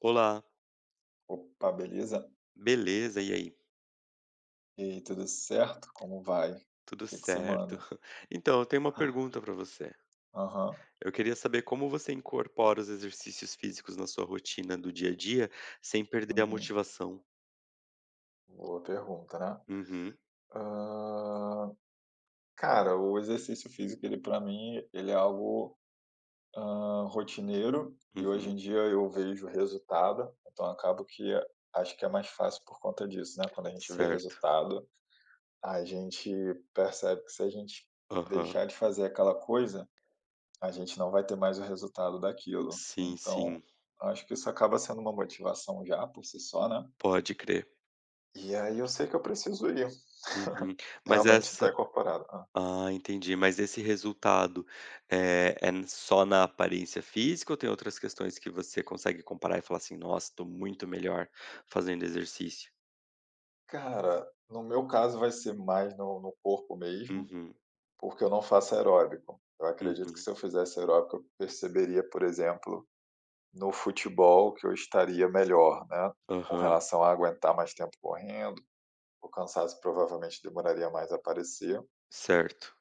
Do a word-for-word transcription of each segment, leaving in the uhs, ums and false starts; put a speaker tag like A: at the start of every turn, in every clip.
A: Olá,
B: Opa, beleza?
A: beleza? E aí?
B: E aí, tudo certo? Como vai? O
A: Tudo
B: Que que você
A: certo?
B: manda?
A: Então, eu tenho uma pergunta para você.
B: Aham,
A: Eu queria saber como você incorpora os exercícios físicos na sua rotina do dia a dia sem perder a
B: uhum.
A: motivação.
B: Boa pergunta, né?
A: Uhum,
B: Hã, cara, o exercício físico, ele para mim, ele é algo, hã, rotineiro e hoje em
A: uhum,
B: dia eu vejo resultado, então acabo que acho que é mais fácil por conta disso, né, quando a gente vê
A: certo.
B: resultado, a gente percebe que se a gente
A: Aham.
B: deixar de fazer aquela coisa a gente não vai ter mais o resultado daquilo.
A: Sim,
B: Então,
A: sim,
B: acho que isso acaba sendo uma motivação já por si só, né.
A: pode crer.
B: E aí eu sei que eu preciso ir,
A: Uhum. Mas
B: realmente tá
A: essa.
B: incorporado. Hã.
A: Ah, entendi. Mas esse resultado é, é n- só na aparência física ou tem outras questões que você consegue comparar e falar assim, nossa, tô muito melhor fazendo exercício?
B: Cara, no meu caso vai ser mais no no corpo mesmo,
A: Uhum.
B: porque eu não faço aeróbico. Eu acredito que
A: Uhum.
B: se eu fizesse aeróbico, eu perceberia, por exemplo, no futebol que eu estaria melhor, né, com
A: Aham.
B: relação a aguentar mais tempo correndo, o cansaço provavelmente demoraria mais a aparecer,
A: Certo.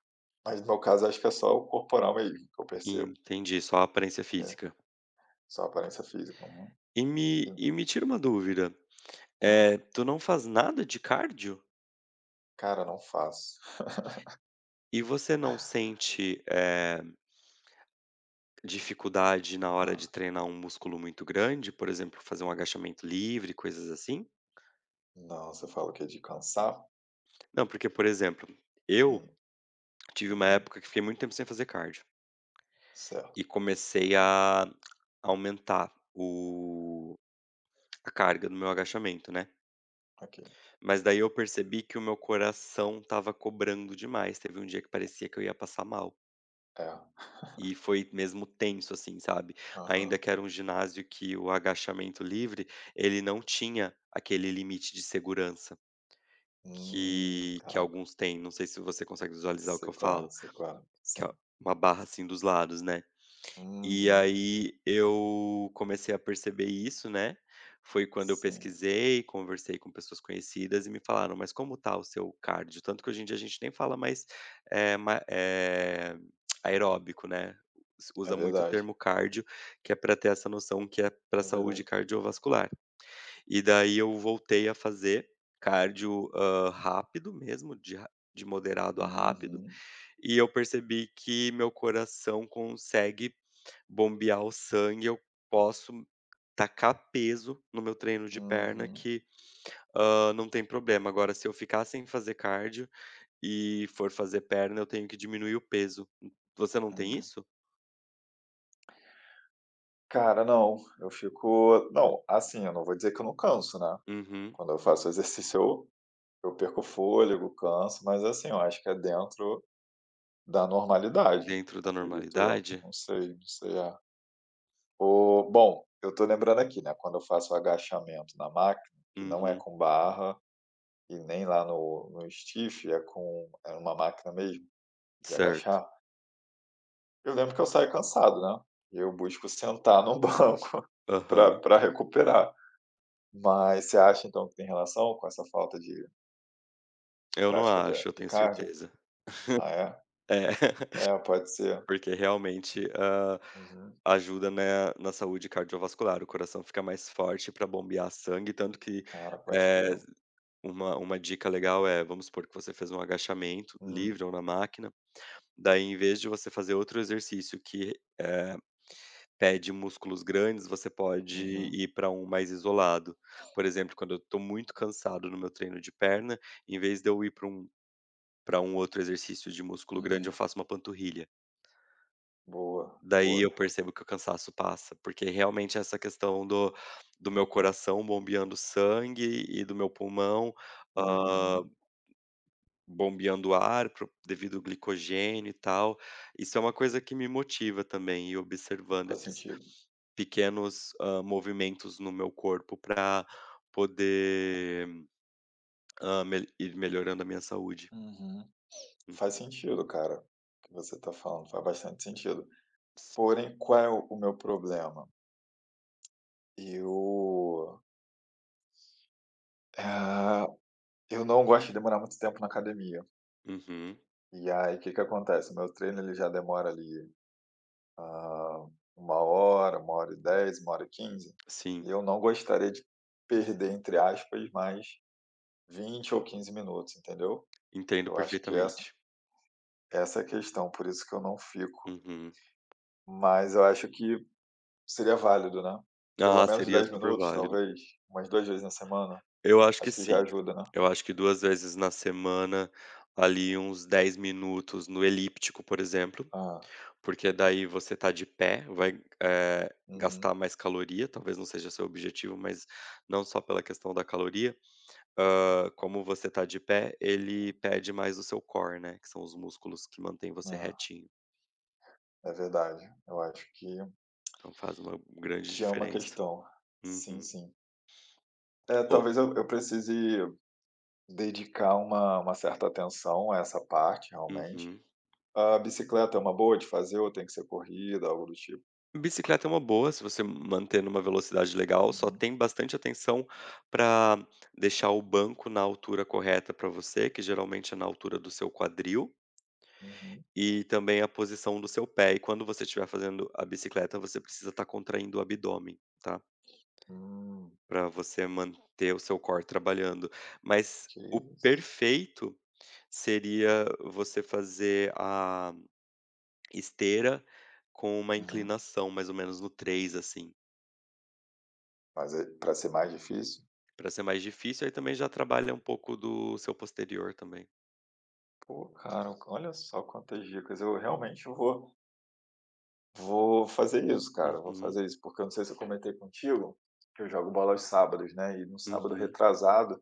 B: mas no meu caso acho que é só o corporal mesmo que eu percebo.
A: Entendi, só a aparência
B: É,
A: física.
B: só aparência física, uhum,
A: E
B: e
A: me
B: não
A: e me tira uma dúvida,
B: hum,
A: é, tu não faz nada de cardio?
B: cara, não faço.
A: E você não sente, eh, dificuldade na
B: Hã,
A: hora de treinar um músculo muito grande, por exemplo, fazer um agachamento livre, coisas assim?
B: não, você fala o quê? De cansar?
A: Não, porque, por exemplo, eu
B: Hum,
A: tive uma
B: uhum,
A: época que fiquei muito tempo sem fazer cardio
B: certo,
A: e comecei a aumentar o a carga do meu agachamento, né.
B: ok.
A: Mas daí eu percebi que o meu coração tava cobrando demais. Teve um dia que parecia que eu ia passar mal.
B: É,
A: E foi mesmo tenso, assim, sabe? Ainda
B: aham.
A: que era um ginásio que o agachamento livre, ele não tinha aquele limite de segurança
B: Hum,
A: que, que
B: caraca,
A: alguns têm. Não sei se você consegue visualizar o
B: sei
A: que eu
B: qual é,
A: falo,
B: sei qual é,
A: que é
B: sim.
A: uma barra assim dos lados, né? E
B: Uhum,
A: aí eu comecei a perceber isso, né, foi quando eu
B: sim,
A: pesquisei, conversei com pessoas conhecidas e me falaram: "Mas como tá o seu cardio?" Tanto que hoje em dia a gente nem fala mais, eh, ma eh, aeróbico, né, us
B: é
A: usa muito o
B: verdade,
A: termo cardio, que é para ter essa noção que é para
B: é
A: saúde
B: verdade.
A: cardiovascular. E daí eu voltei a fazer cardio, hã, rápido mesmo, de ra de moderado a rápido,
B: Uhum,
A: e eu percebi que meu coração consegue bombear o sangue, eu posso tacar peso no meu treino de perna
B: uhum,
A: que, hã, não tem problema. Agora se eu ficar sem fazer cardio e for fazer perna, eu tenho que diminuir o peso. Você não tem
B: hum.
A: isso?
B: Cara, não, eu fico não, assim, eu não vou dizer que eu não canso, né,
A: Uhum.
B: quando eu faço exercício eu eu perco o fôlego, canso, mas assim, eu acho que é dentro da normalidade,
A: Dentro da
B: acredito eu.
A: normalidade?
B: Não sei, não sei a o bom, eu estou lembrando aqui, né, quando eu faço o agachamento na máquina, que não é
A: Uhum.
B: com barra e nem lá no no stiff, é com é uma máquina mesmo de
A: Certo.
B: agachar, eu lembro que eu saio cansado, né, eu busco sentar no banco para
A: Aham.
B: pra recuperar. Mas você acha então que tem relação com essa falta de de
A: Eu não
B: prática de
A: acho, eu
B: de
A: tenho
B: cardio?
A: certeza.
B: Ah é?
A: É,
B: É, pode ser.
A: porque realmente, hã,
B: Uhum.
A: ajuda na na saúde cardiovascular, o coração fica mais forte para bombear sangue, tanto que,
B: Cara, pode
A: eh
B: crer.
A: Uma uma dica legal é, vamos supor que você fez um agachamento,
B: Hum,
A: livre ou na máquina, daí em vez de você fazer outro exercício que, eh, pede músculos grandes, você pode
B: uhum,
A: ir para um mais isolado. Por exemplo, quando eu estou muito cansado no meu treino de perna, em vez de eu ir para um para um outro exercício de músculo grande, eu
B: uhum.
A: faço uma panturrilha.
B: Boa,
A: Daí eu
B: boa.
A: percebo que o cansaço passa, porque realmente essa questão do do meu coração bombeando sangue e do meu pulmão, ah,
B: Uhum.
A: bombeando o ar pro devido ao glicogênio e tal. Isso é uma coisa que me motiva também, e observando
B: Faz
A: esses
B: sentido.
A: pequenos, hã, movimentos no meu corpo para poder, hã, mel ir melhorando a minha saúde.
B: Uhum. Faz
A: Uhum.
B: sentido, cara, o que você está falando, faz bastante sentido. Porém, qual é o o meu problema? Eu, ah, eu não gosto de demorar muito tempo na academia.
A: Uhum.
B: E aí, o que que acontece? Meu treino ele já demora ali, ah, 1 hora, uma hora e dez uma hora e quinze
A: Sim,
B: e eu não gostaria de perder, entre aspas, mais vinte ou quinze minutos, entendeu?
A: entendo
B: Eu acho que essa
A: perfeitamente.
B: essa é a questão, por isso que eu não fico.
A: Uhum.
B: Mas eu acho que seria válido, né. Pelo
A: Ah,
B: menos
A: seria
B: dez
A: super
B: minutos,
A: válido.
B: talvez, umas duas vezes na semana,
A: Eu acho que
B: acho que já
A: sim.
B: ajuda, né.
A: Eu acho que duas vezes na semana, ali uns dez minutos no elíptico, por exemplo.
B: Ah,
A: Porque daí você tá de pé, vai, eh,
B: uhum.
A: gastar mais caloria, talvez não seja seu objetivo, mas não só pela questão da caloria, hã, como você tá de pé, ele pede mais o seu core, né, que são os músculos que mantêm você retinho.
B: É, é verdade. Eu acho que
A: Então faz uma grande
B: que é uma
A: diferença.
B: questão. Sim,
A: Uhum.
B: sim. É,
A: O
B: talvez eu eu precise dedicar uma uma certa atenção a essa parte, realmente.
A: Uhum.
B: A bicicleta é uma boa de fazer ou tem que ser corrida, algo do tipo?
A: Bicicleta é uma boa, se você manter numa velocidade legal, só
B: Uhum,
A: tem bastante atenção para deixar o banco na altura correta para você, que geralmente é na altura do seu quadril.
B: uhum.
A: E também a posição do seu pé. E quando você estiver fazendo a bicicleta, você precisa estar contraindo o abdômen, tá?
B: Hum,
A: Para você manter o seu core trabalhando. Mas
B: que
A: o
B: isso.
A: perfeito seria você fazer a esteira com uma
B: Uhum.
A: inclinação, mais ou menos no três assim,
B: Mas para ser mais difícil?
A: para ser mais difícil. Aí também já trabalha um pouco do seu posterior também.
B: Pô, cara, olha só quantas dicas. Eu realmente vou, vou fazer isso, cara. Vou
A: Uhum,
B: fazer isso, porque eu não sei se eu comentei contigo que eu jogo bola aos sábados, né? E no sábado
A: uhum.
B: retrasado,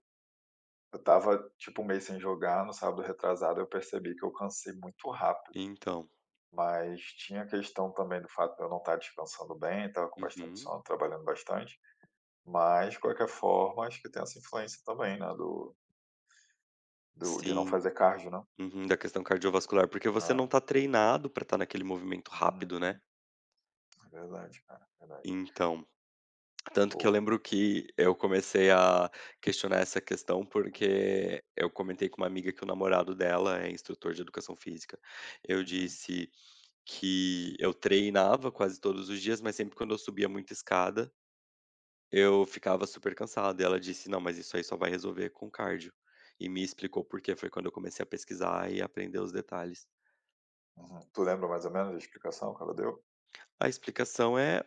B: eu tava tipo um mês sem jogar. No sábado retrasado, eu percebi que eu cansei muito rápido.
A: Então,
B: Mas tinha a questão também do fato de eu não estar descansando bem, tava com bastante
A: uhum.
B: sono, trabalhando bastante. Mas, de qualquer forma, acho que tem essa influência também, né? Do, do, de não
A: Sim.
B: fazer cardio, né?
A: Uhum, da questão cardiovascular, porque você não
B: Ah,
A: tá treinado pra estar naquele movimento rápido, né.
B: uhum, é verdade, cara, é verdade.
A: Então, tanto que eu
B: Boa.
A: lembro que eu comecei a questionar essa questão, porque eu comentei com uma amiga que o namorado dela é instrutor de educação física. Eu
B: Uhum.
A: disse que eu treinava quase todos os dias, mas sempre quando eu subia muita escada, eu ficava super cansado. E ela disse: "Não, mas isso aí só vai resolver com cardio". E me explicou por quê. Foi quando eu comecei a pesquisar e aprender os detalhes.
B: Uhum. Tu lembra mais ou menos a explicação que ela deu?
A: A explicação é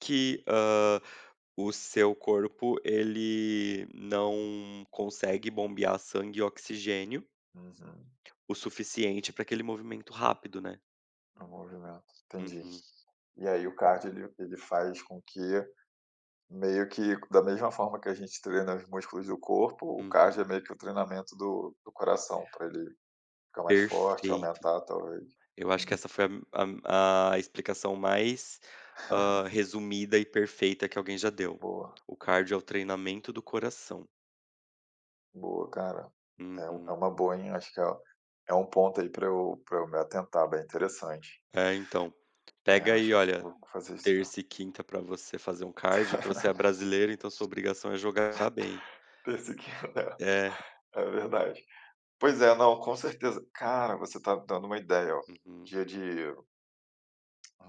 A: Que, hã, o seu corpo ele não consegue bombear sangue e oxigênio
B: Uhum.
A: o suficiente para aquele movimento rápido, né.
B: O movimento, entendi.
A: Uhum,
B: E aí o cardio ele ele faz com que meio que da mesma forma que a gente treina os músculos do corpo, o cardio é
A: uhum.
B: meio que o treinamento do do coração, para ele ficar mais forte,
A: Perfeito.
B: aumentar talvez.
A: Eu acho que
B: Entendi.
A: essa foi a a a explicação mais, hã, resumida e perfeita que alguém já deu.
B: Boa,
A: O cardio é o treinamento do coração.
B: boa, cara. É um é
A: Uhum.
B: uma boa, hein, acho que é é um ponto aí para eu para eu me atentar, bem interessante.
A: É, então,
B: É, eu
A: pega
B: acho
A: aí,
B: que eu
A: olha,
B: vou fazer isso mesmo.
A: terça e quinta pra você fazer um cardio, que você é brasileiro, então sua obrigação é jogar bem.
B: Perseguindo, é,
A: É.
B: é verdade. Pois é, não, com certeza. Cara, você tá dando uma ideia, ó.
A: Uhum,
B: Dia de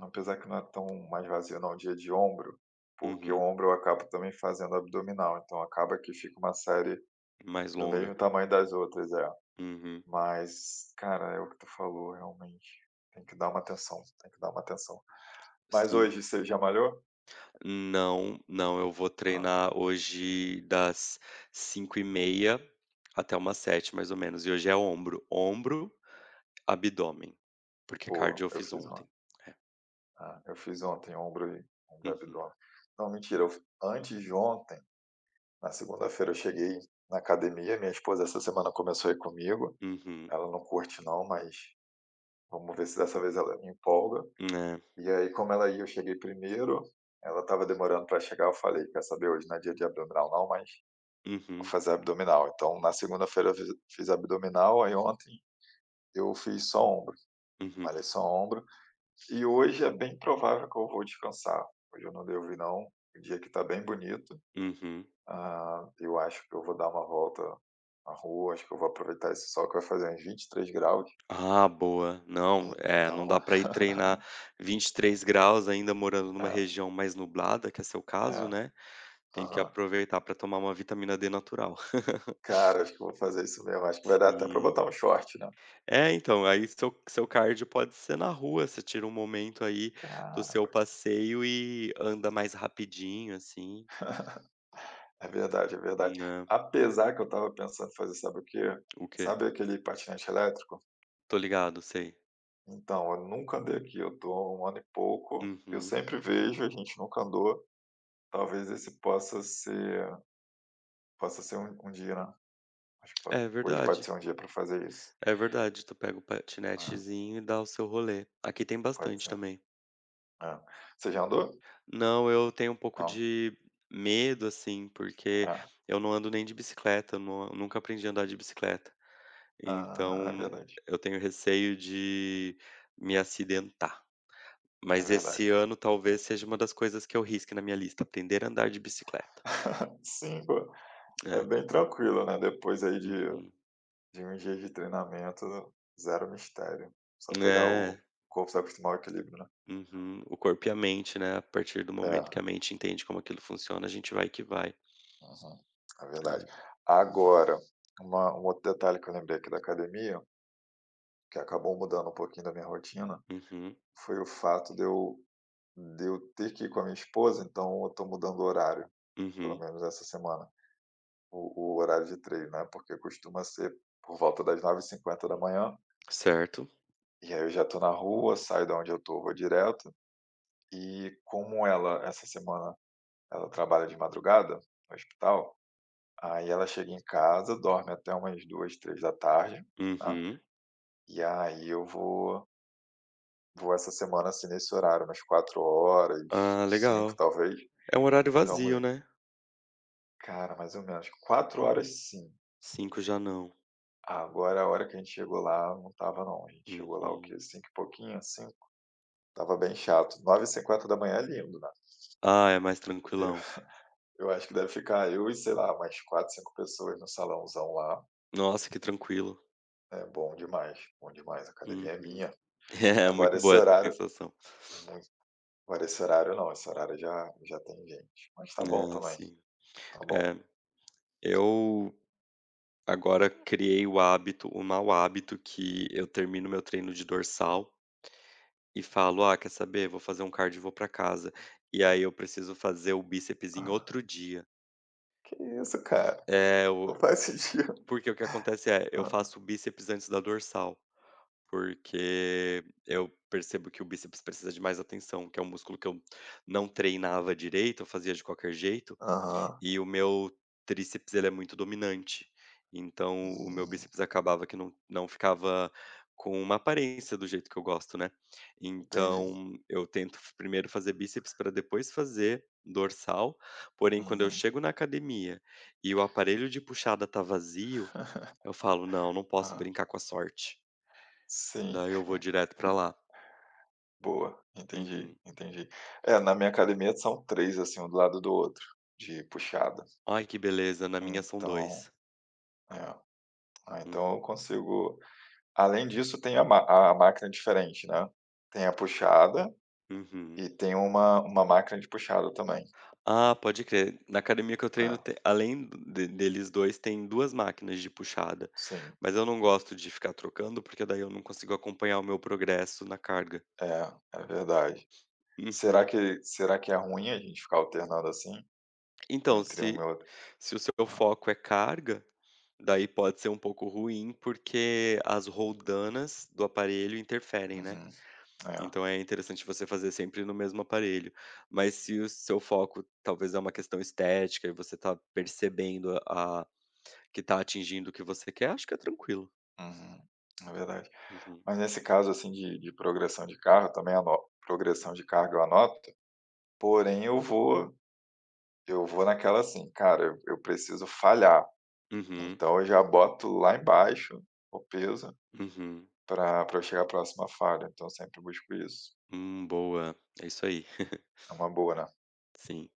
B: apesar que não é tão mais vazio não, dia de ombro, porque o
A: uhum.
B: ombro eu acabo também fazendo abdominal, então acaba que fica uma série
A: Mais
B: do
A: longa.
B: mesmo tamanho das outras, é.
A: Uhum.
B: Mas, cara, é o que tu falou, realmente. Tem que dar uma atenção, tem que dar uma atenção. Mas
A: Sim.
B: hoje você já malhou?
A: Não, não, eu vou
B: Ah,
A: treinar hoje das cinco e meia até umas sete, mais ou menos. E hoje é ombro, ombro, abdômen, porque cardio
B: boa,
A: eu
B: eu
A: fiz
B: fiz
A: ontem.
B: ontem.
A: É.
B: Ah, eu fiz ontem ombro e ombro e
A: Uhum,
B: abdômen. Não, mentira, eu antes de ontem, Na segunda-feira eu cheguei na academia, minha esposa essa semana começou a ir comigo,
A: uhum.
B: ela não curte não, mas vamos ver se dessa vez ela me empolga.
A: É.
B: E aí como ela ia, eu cheguei primeiro, ela estava demorando para chegar, eu falei: "Quer saber, hoje não é dia de abdominal não, mas vou
A: Uhum,
B: fazer abdominal". Então na segunda-feira eu fiz fiz abdominal, aí ontem eu fiz só ombro,
A: uhum,
B: malhei só ombro, e hoje é bem provável que eu vou descansar. Hoje eu não devo ir não, o dia aqui está bem bonito.
A: uhum.
B: Ah, eu acho que eu vou dar uma volta na rua, acho que eu vou aproveitar esse sol que vai fazer uns 23 graus,
A: Ah, boa. Não, é, não
B: então
A: dá pra ir treinar vinte e três graus ainda morando numa
B: é,
A: região mais nublada, que é seu caso,
B: é,
A: né. Tem que
B: aham.
A: aproveitar pra tomar uma vitamina dê natural.
B: Cara, acho que eu vou fazer isso mesmo, acho que vai dar até para
A: Sim.
B: botar um short, né.
A: É, então, aí seu seu cardio pode ser na rua, você tira um momento aí do
B: Cara,
A: seu
B: pode
A: passeio e anda mais rapidinho, assim,
B: é verdade, é verdade.
A: né.
B: Apesar que eu estava pensando em fazer sabe o quê?
A: O quê?
B: Sabe aquele patinete elétrico?
A: Tô ligado, sei.
B: Então, eu nunca andei aqui, eu tô há 1 ano e pouco, eu
A: Uhum.
B: sempre vejo, a gente nunca andou, talvez esse possa ser possa ser um um dia, né. Acho que pode
A: É
B: hoje pode
A: verdade,
B: ser um dia para fazer isso.
A: é verdade. Tu pega o
B: É,
A: patinetezinho e dá o seu rolê. Aqui tem
B: pode
A: bastante
B: ser.
A: também.
B: É. Você já andou?
A: Não, eu tenho um pouco
B: Não.
A: de medo, assim, porque
B: É.
A: eu não ando nem de bicicleta, eu nu nunca aprendi a andar de bicicleta.
B: Ah, é
A: Então
B: verdade,
A: eu tenho receio de me acidentar.
B: é
A: Mas
B: verdade.
A: esse ano talvez seja uma das coisas que eu risque na minha lista, aprender a andar de bicicleta.
B: cinco é
A: É.
B: bem tranquilo, né, depois aí de
A: Uhum.
B: de um dia de treinamento, zero mistério. Só pegar o
A: É.
B: corpo se acostumar ao equilíbrio, né.
A: Uhum. O corpo e a mente, né, a partir do momento que
B: É,
A: a mente entende como aquilo funciona, a gente vai que vai.
B: uhum, é verdade.
A: É.
B: Agora, uma um outro detalhe que eu lembrei aqui da academia, que acabou mudando um pouquinho da minha rotina,
A: Uhum.
B: foi o fato de eu De eu ter que ir com a minha esposa, então eu estou mudando o horário, pelo
A: Uhum.
B: menos essa semana, o o horário de treino, né, porque costuma ser por volta das nove e cinquenta da manhã
A: Certo.
B: e aí eu já estou na rua, saio da onde eu estou vou direto. E como ela essa semana ela trabalha de madrugada no hospital, aí ela chega em casa, dorme até umas duas três da tarde, tá,
A: Uhum.
B: e aí eu vou vou essa semana, assim, nesse horário, umas quatro horas
A: Ah,
B: cinco
A: legal.
B: talvez.
A: É um horário
B: Então,
A: vazio, né.
B: cara, mais ou menos, quatro horas sim.
A: Cinco já não.
B: Agora a hora que a gente chegou lá não tava não. A gente chegou lá o
A: Uhum.
B: quê? Cinco e pouquinho, cinco? Tava bem chato. nove e cinquenta é lindo, né.
A: Ah, é mais
B: Eu
A: tranquilão.
B: eu acho que deve ficar eu e, sei lá, mais quatro, cinco pessoas no salãozão lá.
A: Nossa, que tranquilo.
B: É bom demais, bom demais, a academia é
A: Uhum.
B: minha.
A: É
B: Agora
A: muito
B: esse
A: boa essa
B: horário
A: sensação.
B: muito agora esse horário não, esse horário já já tem gente. Mas tá bom
A: Ah,
B: também,
A: sim.
B: tá bom.
A: É, eu agora criei o hábito, o mau hábito que eu termino meu treino de dorsal e falo: "Ah, quer saber? Vou fazer um cardio e vou pra casa". E aí eu preciso fazer o bíceps em
B: Ah,
A: outro dia.
B: que isso, cara,
A: É,
B: não
A: o
B: faz sentido.
A: porque o que acontece é, eu
B: Ah,
A: faço o bíceps antes da dorsal, porque eu percebo que o bíceps precisa de mais atenção, que é um músculo que eu não treinava direito, eu fazia de qualquer jeito.
B: aham,
A: E o meu tríceps ele é muito dominante, então o meu
B: hum,
A: bíceps acabava que não não ficava com uma aparência do jeito que eu gosto, né.
B: entendi.
A: Então eu tento f primeiro fazer bíceps para depois fazer dorsal, porém quando eu
B: Uhum.
A: chego na academia e o aparelho de puxada tá vazio, eu falo: "Não, não posso
B: Ah,
A: brincar com a sorte",
B: sim,
A: daí eu vou direto pra lá.
B: boa, entendi,
A: Uhum.
B: entendi. É, na minha academia são três assim, um do lado do outro, de puxada.
A: Ai que beleza, na minha são
B: Então,
A: dois.
B: é, ah, então eu
A: Uhum.
B: consigo além disso tem a ma a máquina diferente, né, tem a puxada
A: Uhum.
B: e tem uma uma máquina de puxada também.
A: Ah, pode crer. Na academia que eu treino,
B: É,
A: te além de deles dois, tem duas máquinas de puxada,
B: sim,
A: mas eu não gosto de ficar trocando, porque daí eu não consigo acompanhar o meu progresso na carga.
B: é, é verdade. Será
A: Uhum.
B: que será que é ruim a gente ficar alternando assim,
A: Então,
B: entre um e
A: se
B: outro.
A: se o seu
B: Ah,
A: foco é carga, daí pode ser um pouco ruim, porque as roldanas do aparelho interferem, né.
B: uhum, é,
A: Então é interessante você fazer sempre no mesmo aparelho. Mas se o seu foco talvez é uma questão estética e você está percebendo a que tá atingindo o que você quer, acho que é tranquilo.
B: uhum, é verdade.
A: Uhum.
B: Mas nesse caso, assim, de de progressão de carro, também ano progressão de carga eu anoto, porém eu vou eu vou naquela assim: "Cara, eu eu preciso falhar",
A: Uhum,
B: então eu já boto lá embaixo o peso
A: uhum.
B: para pra eu chegar à próxima falha, então eu sempre busco isso.
A: Hum, boa. É isso aí.
B: É uma boa, né?
A: Sim.